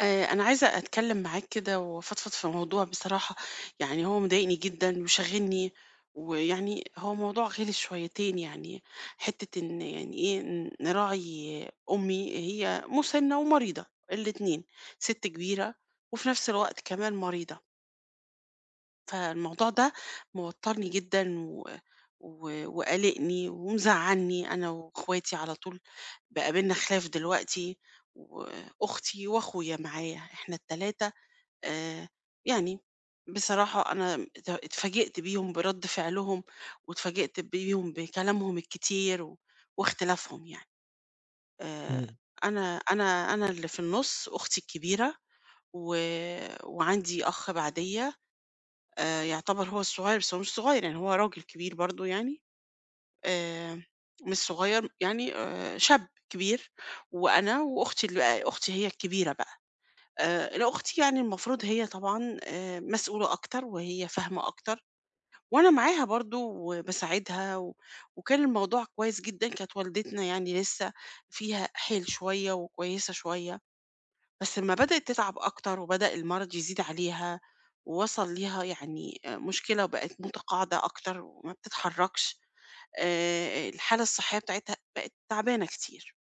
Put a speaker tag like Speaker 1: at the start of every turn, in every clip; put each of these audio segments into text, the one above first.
Speaker 1: آه، أنا عايزة أتكلم معاك كده وأفضفض في موضوع بصراحة. يعني هو مضايقني جدا وشاغلني. ويعني هو موضوع غلس شويتين يعني. حتة إن يعني إيه نراعي أمي، هي مسنة ومريضة الاتنين، ست كبيرة وفي نفس الوقت كمان مريضة. فالموضوع ده موترني جدا و... و... وقلقني ومزعلني أنا وإخواتي على طول. بقى بينا خلاف دلوقتي، وأختي وأخويا معايا إحنا التلاتة. آآ، يعني بصراحة أنا اتفاجئت بيهم برَد فعلهم، واتفاجئت بيهم بكلامهم الكتير واختلافهم يعني. آآ،
Speaker 2: إمم،
Speaker 1: أنا اللي في النُص، أختي الكبيرة، و وعندي أخ بعديّا. يعتبر هو الصغير، بس هو مش صغير يعني، هو راجل كبير برضه يعني. آآ، مش صغير يعني، شاب كبير. وأنا وأختي أختي هي الكبيرة بقى. لأ أختي يعني المفروض هي طبعًا مسؤولة أكتر وهي فاهمة أكتر، وأنا معاها برضه وباساعدها، وكان الموضوع كويس جدًا، كانت والدتنا يعني لسه فيها حيل شوية وكويسة شوية، بس أمّا بدأت تتعب أكتر وبدأ المرض يزيد عليها، ووصل ليها يعني مشكلة وبقت متقاعدة أكتر وما بتتحركش. الحالة الصحية بتاعتها بقت تعبانة كتير.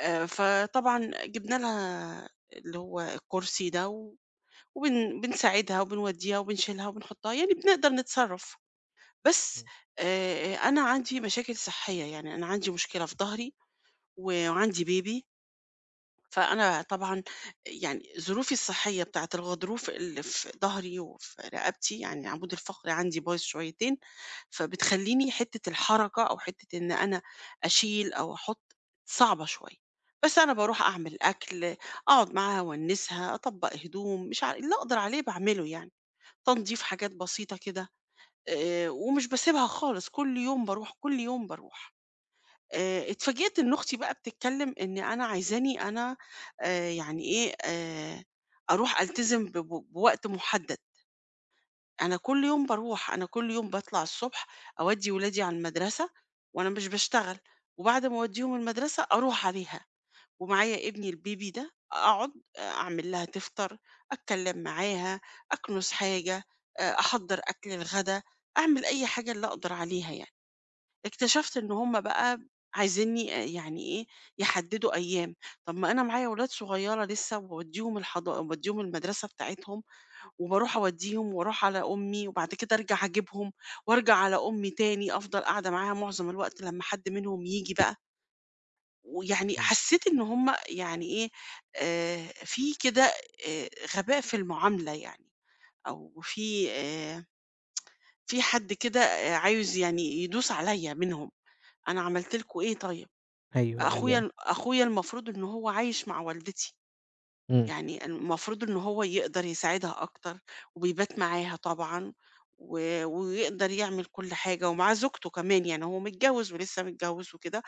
Speaker 1: فطبعًا جبنا لها اللي هو الكرسي ده، و وبن بنساعدها وبنودّيها وبنشيلها وبنحطّها، يعني بنقدر نتصرّف. بس
Speaker 2: إمم،
Speaker 1: أنا عندي مشاكل صحّية، يعني أنا عندي مشكلة في ضهري وعندي baby، فأنا طبعًا يعني ظروفي الصحّية بتاعة الغضروف اللي في ضهري وفي رقبتي، يعني العمود الفقري عندي بايظ شويتين، فبتخلّيني حتّة الحركة أو حتّة إن أنا أشيل أو أحُط صعبة شوية. بس أنا باروح أعمل أكل، أقعد معاها أونّسها، أطبّق هدوم، مش ع اللي أقدر عليه باعمله يعني. تنضيف حاجات بسيطة كده، ومش باسيبها خالص، كل يوم باروح، كل يوم باروح. اتفاجئت إن أختي بقى بتتكلم إن أنا عايزاني أنا، يعني إيه، أروح ألتزم ب ب بوقت محدد. أنا كل يوم باروح، أنا كل يوم باطلع الصبح أودّي ولادي على المدرسة، وأنا مش باشتغل، وبعد ما أودّيهم المدرسة أروح عليها. ومعايا ابني البيبي ده أقعد، أعمل لها تفطر، أتكلم معاها، أكنس حاجة، أحضّر أكل الغدا، أعمل أي حاجة اللي أقدر عليها يعني. اكتشفت إن هم بقى عايزينّي، يعني إيه، يحدّدوا أيام. طب ما أنا معايا ولاد صغيّرة لسه، وباودّيهم الحضا باودّيهم المدرسة بتاعتهم، وباروح أودّيهم وأروح على أمي، وبعد كده أرجع أجيبهم، وأرجع على أمي تاني، أفضل قاعدة معاها معظم الوقت لمّا حد منهم ييجي بقى. ويعني
Speaker 2: إمم.
Speaker 1: حسيت إن هم يعني إيه، في كده آآ غباء في المعاملة يعني، أو في حد كده عايز يعني يدوس عليّا منهم، أنا عملت لكم إيه طيب؟
Speaker 2: أيوه، أيوه.
Speaker 1: أخويا المفروض إن هو عايش مع والدتي،
Speaker 2: إمم،
Speaker 1: يعني المفروض إن هو يقدر يساعدها أكتر، وبيبات معاها طبعًا، ويقدر يعمل كل حاجة، ومعاه زوجته كمان، يعني هو متجوز ولسه متجوز وكده،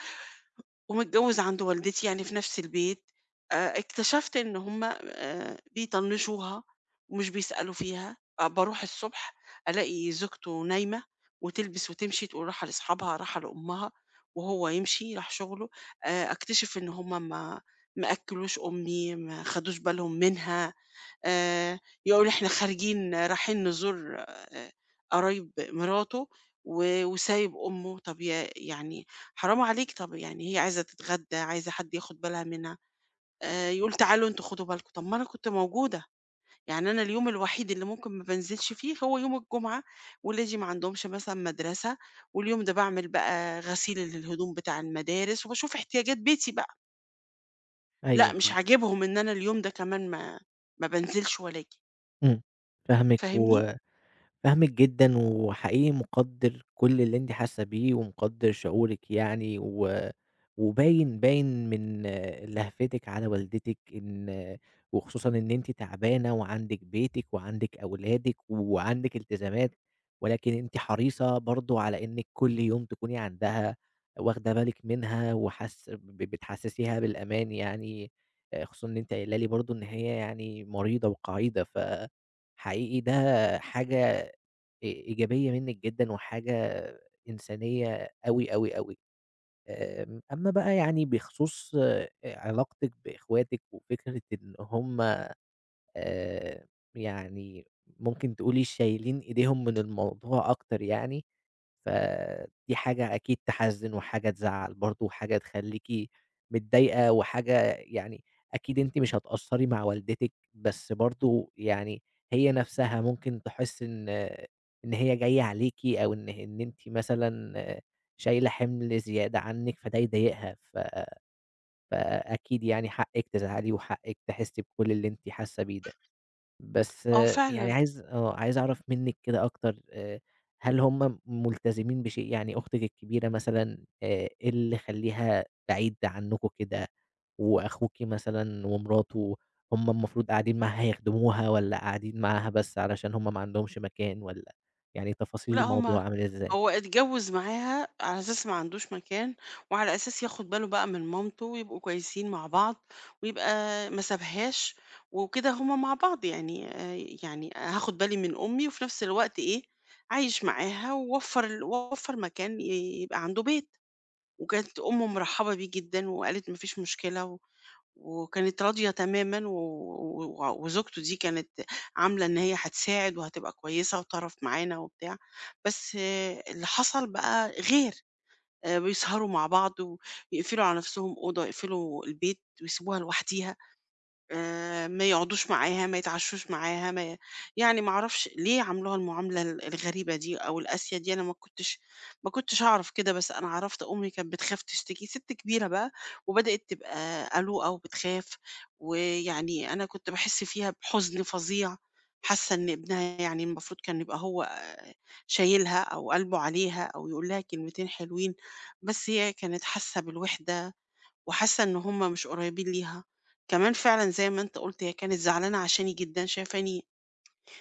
Speaker 1: ومتجوز عند والدتي يعني في نفس البيت. اكتشفت إن هُم بيطنّشوها ومش بيسألوا فيها. باروح الصبح ألاقي زوجته نايمة، وتلبس وتمشي تقول رايحة لأصحابها، رايحة لأمها، وهو يمشي راح شغله. أكتشف إن هُم ما أكّلوش أمي، ما خدوش بالهم منها. آآ يقول إحنا خارجين رايحين نزور قرايب مراته، وسايب أمه. طب يعني حرام عليك، طب يعني هي عايزة تتغدى، عايزة حد ياخد بالها منها. يقول تعالوا أنتم خدوا بالكم، طب ما أنا كنت موجودة. يعني أنا اليوم الوحيد اللي ممكن ما بانزلش فيه هو يوم الجمعة، ولادي ما عندهمش مثلًا مدرسة، واليوم ده باعمل بقى غسيل للهدوم بتاع المدارس، وباشوف احتياجات بيتي بقى. لأ
Speaker 2: أيوه،
Speaker 1: مش
Speaker 2: أيوه.
Speaker 1: عاجبهم إن أنا اليوم ده كمان ما بانزلش ولا آجي،
Speaker 2: إمم، فاهمِك
Speaker 1: فاهمني؟
Speaker 2: فاهمِك جدًا، وحقيقي مقدّر كل اللي أنتِ حاسة بيه، ومقدّر شعورِك وباين من لهفتِك على والدتِك إن وخصوصًا إن أنتِ تعبانة وعندِك بيتِك وعندِك أولادِك وعندِك التزامات، ولكن أنتِ حريصة برضه على إنِّك كل يوم تكوني عندها، واخدة بالِك منها وحاس بتحسسيها بالأمان يعني، خصوصًا إن أنتِ قايلة لي برضه إن هي يعني مريضة وقَعيدة، فحقيقي ده حاجة إيجابية منِّك جدًا وحاجة إنسانية أوي، أوي، أوي. أمّا بقى يعني بخصوص علاقتِك بإخواتِك وفكرة إن هُم آآ يعني ممكن تقولي شايلين إيديهم من الموضوع أكتر يعني، فدي حاجة أكيد تحزِّن وحاجة تزعّل برضه وحاجة تخلّيكِ متضايقة وحاجة يعني أكيد أنتِ مش هتقصّري مع والدتِك، بس برضه يعني هي نَفْسها ممكن تحِس إن هي جاية عليكِ أو إن أنتِ مثلًا شايلة حِمل زيادة عنِّك فده يضايقها، فأكيد يعني حقِّك تزعلي وحقِّك تحسّي بكل اللي أنتِ حاسّة بيه ده. بس
Speaker 1: آه
Speaker 2: يعني
Speaker 1: فعلًا.
Speaker 2: عايز عايز أعرف منِّك كده أكتر هل هُم ملتزمين بشيء؟ يعني أختِك الكبيرة مثلًا إيه اللي خلّيها بعيد عنكم كده؟ وأخوكِ مثلًا ومراته هُم المفروض قاعدين معاها يخدموها والّا قاعدين معاها بس علشان هُم ما عندهمش مكان والّا يعني تفاصيل
Speaker 1: لأ هُم
Speaker 2: الموضوع عامل إزاي؟
Speaker 1: هو اتجوّز معاها على أساس ما عندوش مكان، وعلى أساس ياخد باله بقى من مامته ويبقوا كويسين مع بعض، ويبقى ما سابهاش، وكده هُم مع بعض يعني، يعني هاخد بالي من أمي وفي نفس الوقت إيه، عايش معاها ووفّر ووفّر مكان، يبقى عنده بيت. وكانت أمه مرحّبة بيه جدًا وقالت ما فيش مشكلة، وكانت راضية تمامًا، و و و- وزوجته دي كانت عاملة إن هي هتساعد وهتبقى كويسة وطرف معانا وبتاع. بس اللي حصل بقى غير. بيسهروا مع بعض ويقفلوا على نفسهم أوضة، يقفلوا البيت ويسيبوها لوحديها. ما يقعدوش معاها، ما يتعشّوش معاها، ما ي يعني ما أعرفش ليه عاملوها المعاملة الغريبة دي أو القاسية دي. أنا ما كنتش أعرف كده، بس أنا عرفت أمي كانت بتخاف تشتكي، ست كبيرة بقى وبدأت تبقى قلوقة وبتخاف. ويعني أنا كنت باحس فيها بحزن فظيع، حاسة إن ابنها يعني المفروض كان يبقى هو، شايلها أو قلبه عليها أو يقول لها كلمتين حلوين، بس هي كانت حاسة بالوحدة، وحاسة إن هم مش قريبين ليها. كمان فعلا زي ما انت قلت، هي كانت زعلانة عشاني جدا، شايفاني،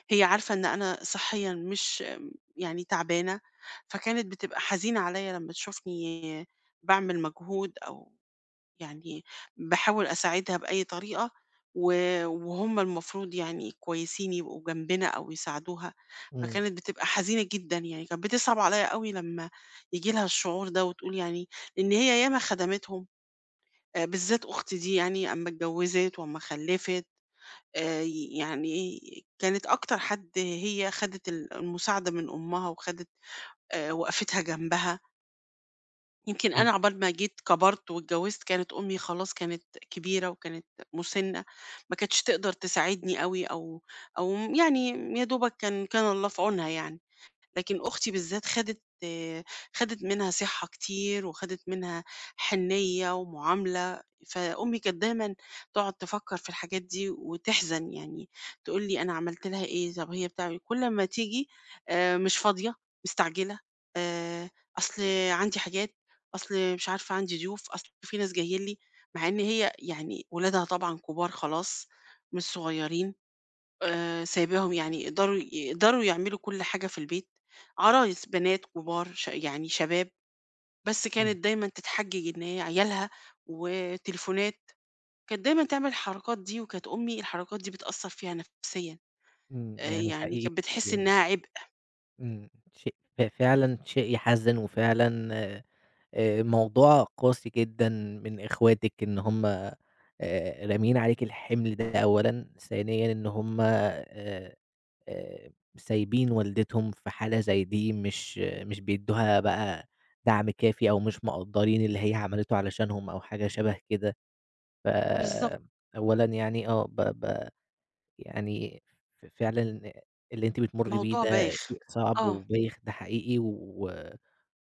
Speaker 1: هي عارفة ان انا صحيا مش يعني تعبانة، فكانت بتبقى حزينة عليا لما تشوفني بعمل مجهود او يعني بحاول اساعدها بأي طريقة، وهم المفروض يعني كويسين يبقوا جنبنا او يساعدوها.
Speaker 2: إمم،
Speaker 1: فكانت بتبقى حزينة جدا، يعني كانت بتصعب عليا قوي لما يجي لها الشعور ده وتقول يعني ان هي ياما خدمتهم. بالذات أختي دي، يعني أمّا اتجوّزت وأمّا خلّفت، آآ يعني كانت أكتر حد هي خدِت المساعدة من أمّها، وخدِت وقفتها جنبها. يمكن
Speaker 2: إمم،
Speaker 1: أنا عقبال ما جيت كبرت واتجوّزت كانت أمي خلاص كانت كبيرة وكانت مُسِنّة، ما كانتش تقدر تساعدني أوي، أو يعني يا دوبك كان الله في عونها يعني. لكن أختي بالذات خدت، خدت منها صِحّة كتير، وخدت منها حنيّة ومعاملة، فأمي كانت دايمًا تقعد تفكّر في الحاجات دي وتحزن. يعني تقول لي: "أنا عملت لها إيه؟ طب هي بتعمل إيه؟". كل أمّا تيجي، مش فاضية، مستعجلة، آآ، أصل عندي حاجات، أصل مش عارفة عندي ضيوف، أصل في ناس جايين لي. مع إن هي يعني ولادها طبعًا كبار خلاص، مش صغيرين. سايباهم يعني، يقدروا يعملوا كل حاجة في البيت، عرايس بنات كبار، يعني شباب، بس
Speaker 2: إمم،
Speaker 1: كانت دايمًا تتحجج إن هي عيالها وتليفونات. كانت دايمًا تعمل الحركات دي، وكانت أمي الحركات دي بتأثّر فيها نفسيًا.
Speaker 2: إمم، يعني
Speaker 1: يعني
Speaker 2: حقيقي
Speaker 1: كانت بتحس
Speaker 2: يعني
Speaker 1: إنها عبء.
Speaker 2: شيء فعلًا شيء يحزِّن وفعلًا موضوع قاسي جدًا من إخواتِك إن هُم راميين عليكِ الحِمل ده أولًا، ثانيًا إن هُم آآ سايبين والدتهم في حالة زي دي، مش بيدّوها بقى دعم كافي أو مش مقدّرين اللي هي عملته علشانهم أو حاجة شبه كده. ف
Speaker 1: بالضبط،
Speaker 2: أولًا يعني آه، ب ب يعني فعلًا اللي أنتِ بتمُرّي بيه
Speaker 1: موضوع
Speaker 2: ده
Speaker 1: بايخ.
Speaker 2: شيء صعب
Speaker 1: آه،
Speaker 2: وبايخ، ده حقيقي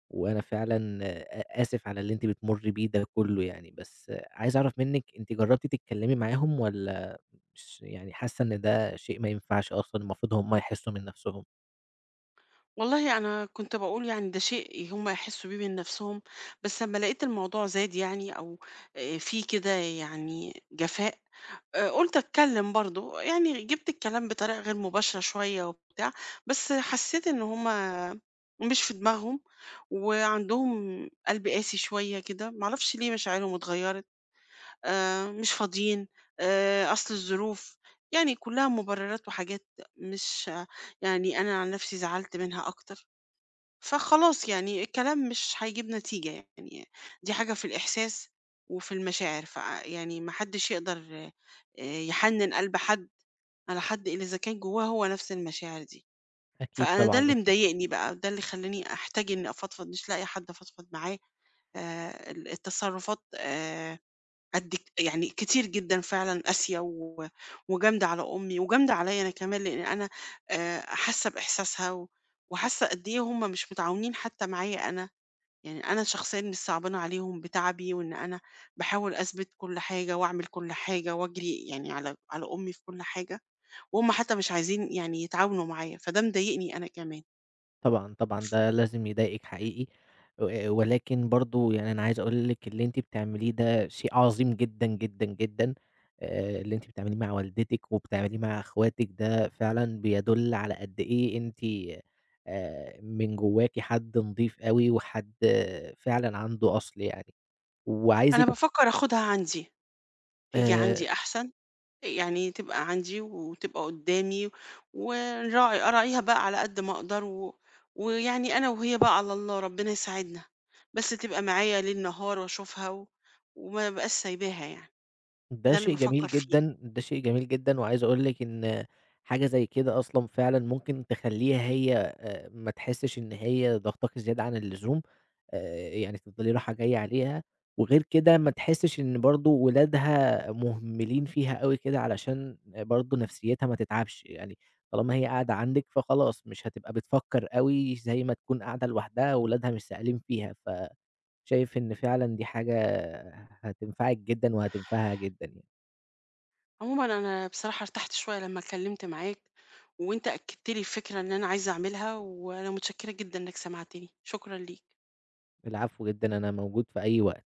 Speaker 2: وأنا فعلًا آسف على اللي أنتِ بتمُرّي بيه ده كُلّه يعني، بس عايز أعرف منِّك أنتِ جرّبتِ تتكلّمي معاهم والّا مش يعني حاسة إن ده شيء ما ينفعش أصلًا المفروض هم يحسّوا من نَفْسهم؟
Speaker 1: والله أنا كنت باقول يعني ده شيء هم يحسّوا بيه من نفسهم، بس أمّا لقيت الموضوع زاد يعني، أو في كده يعني جفاء، قُلت أتكلم برضه، يعني جِبت الكلام بطريقة غير مباشرة شوية وبتاع، بس حسيت إن هُم مش في دماغهم، وعندهم قلب قاسي شوية كده، ما أعرفش ليه مشاعرهم اتغيّرت. مش فاضيين، أصل الظروف، يعني كلّها مبررات وحاجات مش، يعني أنا عن نفسي زعلت منها أكتر. فخلاص يعني الكلام مش هيجيب نتيجة، يعني دي حاجة في الإحساس وفي المشاعر، يعني ما حدش يقدر، يحنن قلب حد على حد إلا إذا كان جواه هو نفس المشاعر دي.
Speaker 2: أكيد
Speaker 1: فأنا ده
Speaker 2: طبعًا،
Speaker 1: اللي
Speaker 2: أكيد.
Speaker 1: مضايقني بقى، ده اللي خلاني أحتاج إني أفضفض مش لاقي حد أفضفض معاه. آه، التصرفات، قد يعني كتير جدًا فعلًا قاسية، وجامدة على أمي وجامدة عليّا أنا كمان، لإن أنا حاسة بإحساسها، و وحاسة قد إيه هم مش متعاونين حتى معايا أنا. يعني أنا شخصيًا مش صعبانة عليهم بتعبي، وإن أنا باحاول أثبت كل حاجة وأعمل كل حاجة وأجري يعني على أمي في كل حاجة، وهم حتى مش عايزين يعني يتعاونوا معايا، فده مضايقني أنا كمان.
Speaker 2: طبعًا، طبعًا، ده لازم يضايقِك حقيقي، ولكن برضه يعني أنا عايز أقول لِك اللي أنتِ بتعمليه ده شيء عظيم جدًا، جدًا، جدًا، اللي أنتِ بتعمليه مع والدتِك وبتعمليه مع أخواتِك ده فعلًا بيدل على قد إيه أنتِ من جواكِ حد نضيف أوي وحد فعلًا عنده أصل يعني،
Speaker 1: أنا
Speaker 2: وعايزِك
Speaker 1: بافكر آخدها عندي، تيجي
Speaker 2: آآ
Speaker 1: عندي أحسن. يعني تبقى عندي وتبقى قدامي، أراعيها بقى على قد ما أقدر، و... ويعني أنا وهي بقى على الله، ربنا يساعدنا، بس تبقى معايا ليل نهار وأشوفها، و... وما بقاش سايباها يعني.
Speaker 2: ده
Speaker 1: ده اللي
Speaker 2: شيء
Speaker 1: بفكر
Speaker 2: جميل
Speaker 1: فيه.
Speaker 2: جدًا، ده شيء جميل جدًا، وعايز أقول لِك إن حاجة زي كده أصلًا فعلًا ممكن تخلّيها هي ما تحسّش إن هي ضاغطاكِ زيادة عن اللزوم، يعني تفضلي رايحة جاية عليها، وغير كده ما تحسّش إن برضه ولادها مهملين فيها أوي كده علشان برضه نفسيّتها ما تتعبش، يعني طالما هي قاعدة عندِك فخلاص مش هتبقى بتفكّر أوي زي ما تكون قاعدة لوحدها وولادها مش سائلين فيها، فشايف إن فعلًا دي حاجة هتنفعِك جدًا وهتنفعها جدًا يعني.
Speaker 1: عموما أنا بصراحة ارتحت شوية لما اتكلمت معاك، وأنت أكدت لي الفكرة اللي أنا عايزة أعملها، وأنا متشكرة جدا إنك سمعتني، شكرا ليك.
Speaker 2: العفو جدًا، أنا موجود في أي وقت.